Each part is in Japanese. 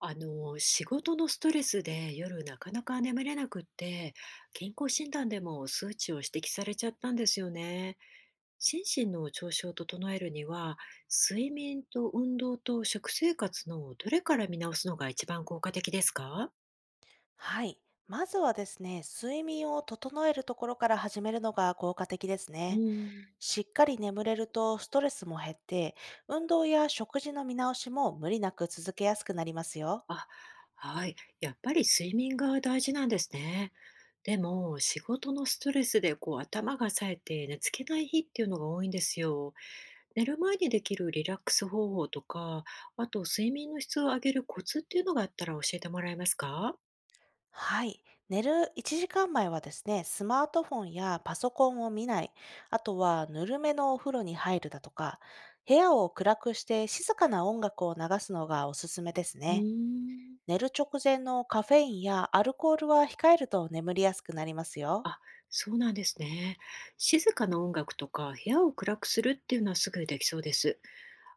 仕事のストレスで夜なかなか眠れなくって、健康診断でも数値を指摘されちゃったんですよね。心身の調子を整えるには、睡眠と運動と食生活のどれから見直すのが一番効果的ですか？はい。まずはですね、睡眠を整えるところから始めるのが効果的ですうね。ーん、しっかり眠れるとストレスも減って、運動や食事の見直しも無理なく続けやすくなりますよ。あ、はい。やっぱり睡眠が大事なんですね。でも、仕事のストレスでこう頭が冴えて寝つけない日っていうのが多いんですよ。寝る前にできるリラックス方法とか、あと睡眠の質を上げるコツっていうのがあったら教えてもらえますか？はい。寝る1時間前はですね、スマートフォンやパソコンを見ない、あとはぬるめのお風呂に入るだとか、部屋を暗くして静かな音楽を流すのがおすすめですうーね。ん。寝る直前のカフェインやアルコールは控えると眠りやすくなりますよ。あ、そうなんですね。静かな音楽とか部屋を暗くするっていうのはすぐできそうです。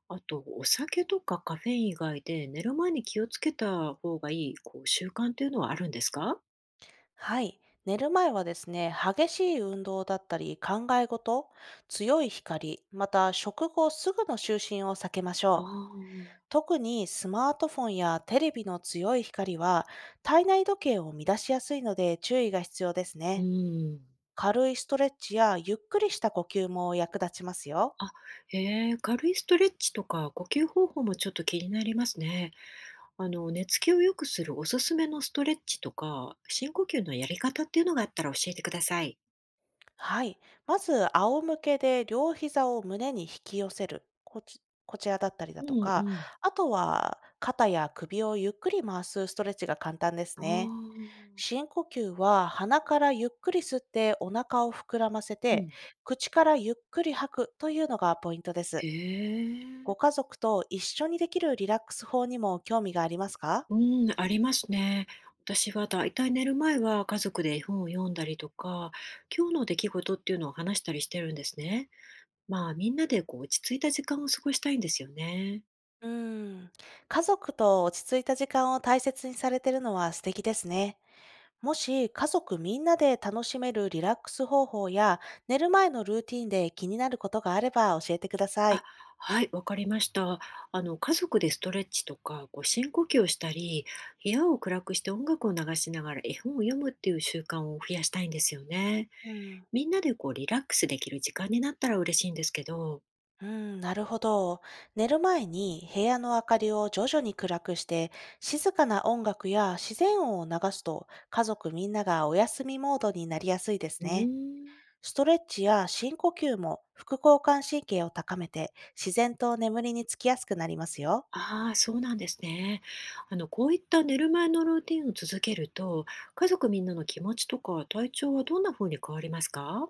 あと、お酒とかカフェイン以外で寝る前に気をつけた方がいいこう習慣っていうのはあるんですか？はい。寝る前はですね、激しい運動だったり考え事、強い光、また食後すぐの就寝を避けましああ、ょう。特にスマートフォンやテレビの強い光は体内時計を乱しやすいので注意が必要ですうね。ん。軽いストレッチやゆっくりした呼吸も役立ちますよ。あ、へえ、軽いストレッチとか呼吸方法もちょっと気になりますね。寝つきを良くするおすすめのストレッチとか、深呼吸のやり方っていうのがあったら教えてください。はい。まず、仰向けで両膝を胸に引き寄せる。こちらだったりうだとんうか、ん。あとは肩や首をゆっくり回すストレッチが簡単ですね。ああ。深呼吸は鼻からゆっくり吸ってお腹を膨らませうて、ん。口からゆっくり吐くというのがポイントでえす。え。ご家族と一緒にできるリラックス法にも興味がありますか？うん、ありますね。私はだいたい寝る前は家族で絵本を読んだりとか、今日の出来事っていうのを話したりしてるんですね。まあ、みんなでこう落ち着いた時間を過ごしたいんですよね。うーん。家族と落ち着いた時間を大切にされているのは素敵ですね。もし家族みんなで楽しめるリラックス方法や寝る前のルーティンで気になることがあれば教えてくださあ、い。はい、わかりました。家族でストレッチとか、こう深呼吸をしたり、部屋を暗くして音楽を流しながら絵本を読むっていう習慣を増やしたいんですよね。うん。みんなでこうリラックスできる時間になったら嬉しいんですけど。うん、なるほど。寝る前に部屋の明かりを徐々に暗くして、静かな音楽や自然音を流すと、家族みんながお休みモードになりやすいですうね。ーん。ストレッチや深呼吸も副交感神経を高めて、自然と眠りにつきやすくなりますよ。ああ、そうなんですね。こういった寝る前のルーティンを続けると、家族みんなの気持ちとか体調はどんな風に変わりますか？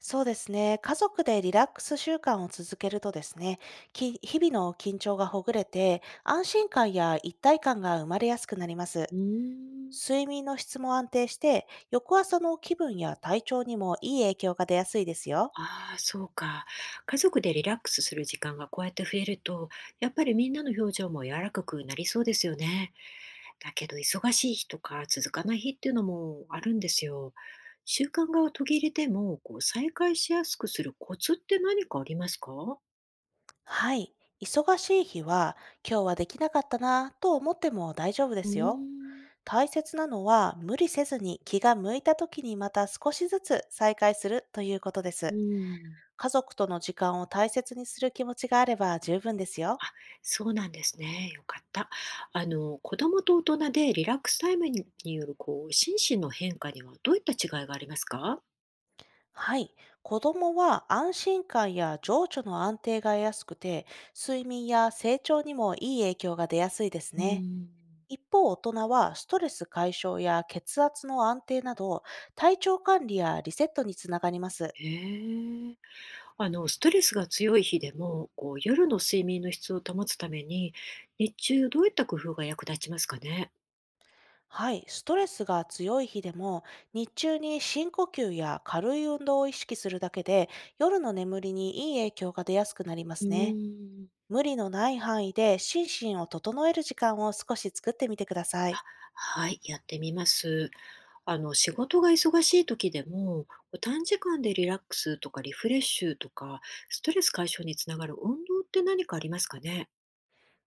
そうですね。家族でリラックス習慣を続けるとですね、日々の緊張がほぐれて、安心感や一体感が生まれやすくなりまうす。ーん。睡眠の質も安定して、翌朝の気分や体調にもいい影響が出やすいですよ。ああ、そうか。家族でリラックスする時間がこうやって増えると、やっぱりみんなの表情も柔らかくなりそうですよね。だけど、忙しい日とか続かない日っていうのもあるんですよ。習慣が途切れても、こう再開しやすくするコツって何かありますか？はい。忙しい日は、今日はできなかったなぁと思っても大丈夫でうーすよ。ん、大切なのは、無理せずに気が向いた時にまた少しずつ再開するということでうす。ん、家族との時間を大切にする気持ちがあれば十分ですよ。あ、そうなんですね。よかった。子供と大人でリラックスタイムにによるこう心身の変化にはどういった違いがありますか？はい。子供は安心感や情緒の安定が得やすくて、睡眠や成長にもいい影響が出やすいですうね。ん。一方、大人はストレス解消や血圧の安定など、体調管理やリセットにつながります。へえ。ストレスが強い日でも、こう、夜の睡眠の質を保つために、日中どういった工夫が役立ちますかね？はい、ストレスが強い日でも、日中に深呼吸や軽い運動を意識するだけで、夜の眠りにいい影響が出やすくなりまうすね。ーん。無理のない範囲で心身を整える時間を少し作ってみてくださあ、い。はい、やってみます。仕事が忙しい時でも、こう、短時間でリラックスとかリフレッシュとか、ストレス解消につながる運動って何かありますかね？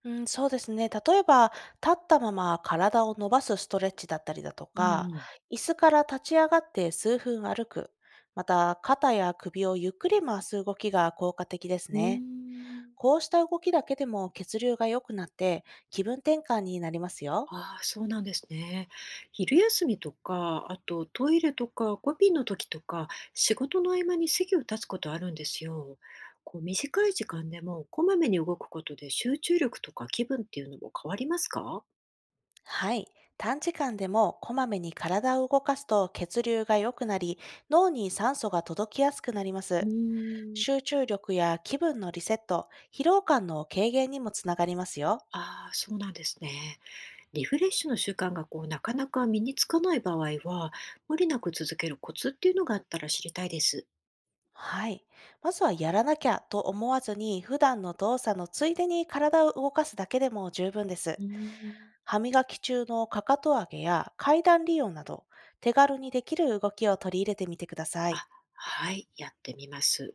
うん、そうですね。例えば、立ったまま体を伸ばすストレッチだったりだとうんうか、ん。椅子から立ち上がって数分歩く、また肩や首をゆっくり回す動きが効果的ですうーね。ん。こうした動きだけでも血流が良くなって気分転換になりますよ。ああ、そうなんですね。昼休みとか、あとトイレとか、コピーの時とか、仕事の合間に席を立つことあるんですよ。こう短い時間でもこまめに動くことで集中力とか気分っていうのも変わりますか？はい。短時間でもこまめに体を動かすと血流が良くなり、脳に酸素が届きやすくなりまうす。ーん。集中力や気分のリセット、疲労感の軽減にもつながりますよ。ああ、そうなんですね。リフレッシュの習慣がこうなかなか身につかない場合は、無理なく続けるコツっていうのがあったら知りたいです。はい。まずはやらなきゃと思わずに普段の動作のついでに体を動かすだけでも十分です。うーん。歯磨き中のかかと上げや階段利用など、手軽にできる動きを取り入れてみてください。あ、はい、やってみます。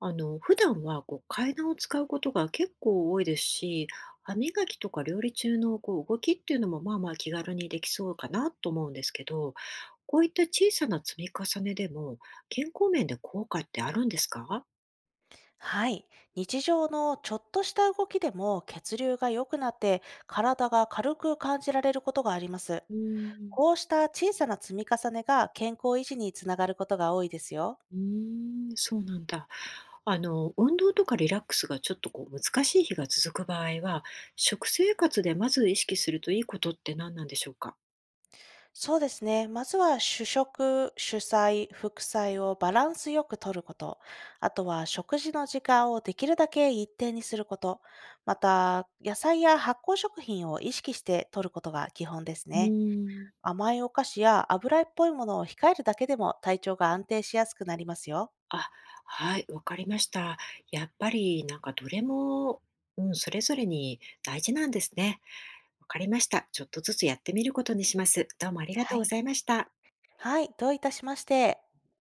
普段はこう階段を使うことが結構多いですし、歯磨きとか料理中のこう動きっていうのもまあまあ気軽にできそうかなと思うんですけど、こういった小さな積み重ねでも健康面で効果ってあるんですか？はい。日常のちょっとした動きでも血流が良くなって体が軽く感じられることがあります。うーん、こうした小さな積み重ねが健康維持につながることが多いですよ。うーん、そうなんだ。運動とかリラックスがちょっとこう難しい日が続く場合は、食生活でまず意識するといいことって何なんでしょうか？そうですね。まずは主食、主菜、副菜をバランスよくとること。あとは食事の時間をできるだけ一定にすること。また、野菜や発酵食品を意識してとることが基本ですうね。ーん。甘いお菓子や油っぽいものを控えるだけでも体調が安定しやすくなりますよ。あ、はい、わかりました。やっぱりなんかどれも、うん、それぞれに大事なんですね。わかりました。ちょっとずつやってみることにします。どうもありがとはうごい。ざいました。はい、どういたしまして。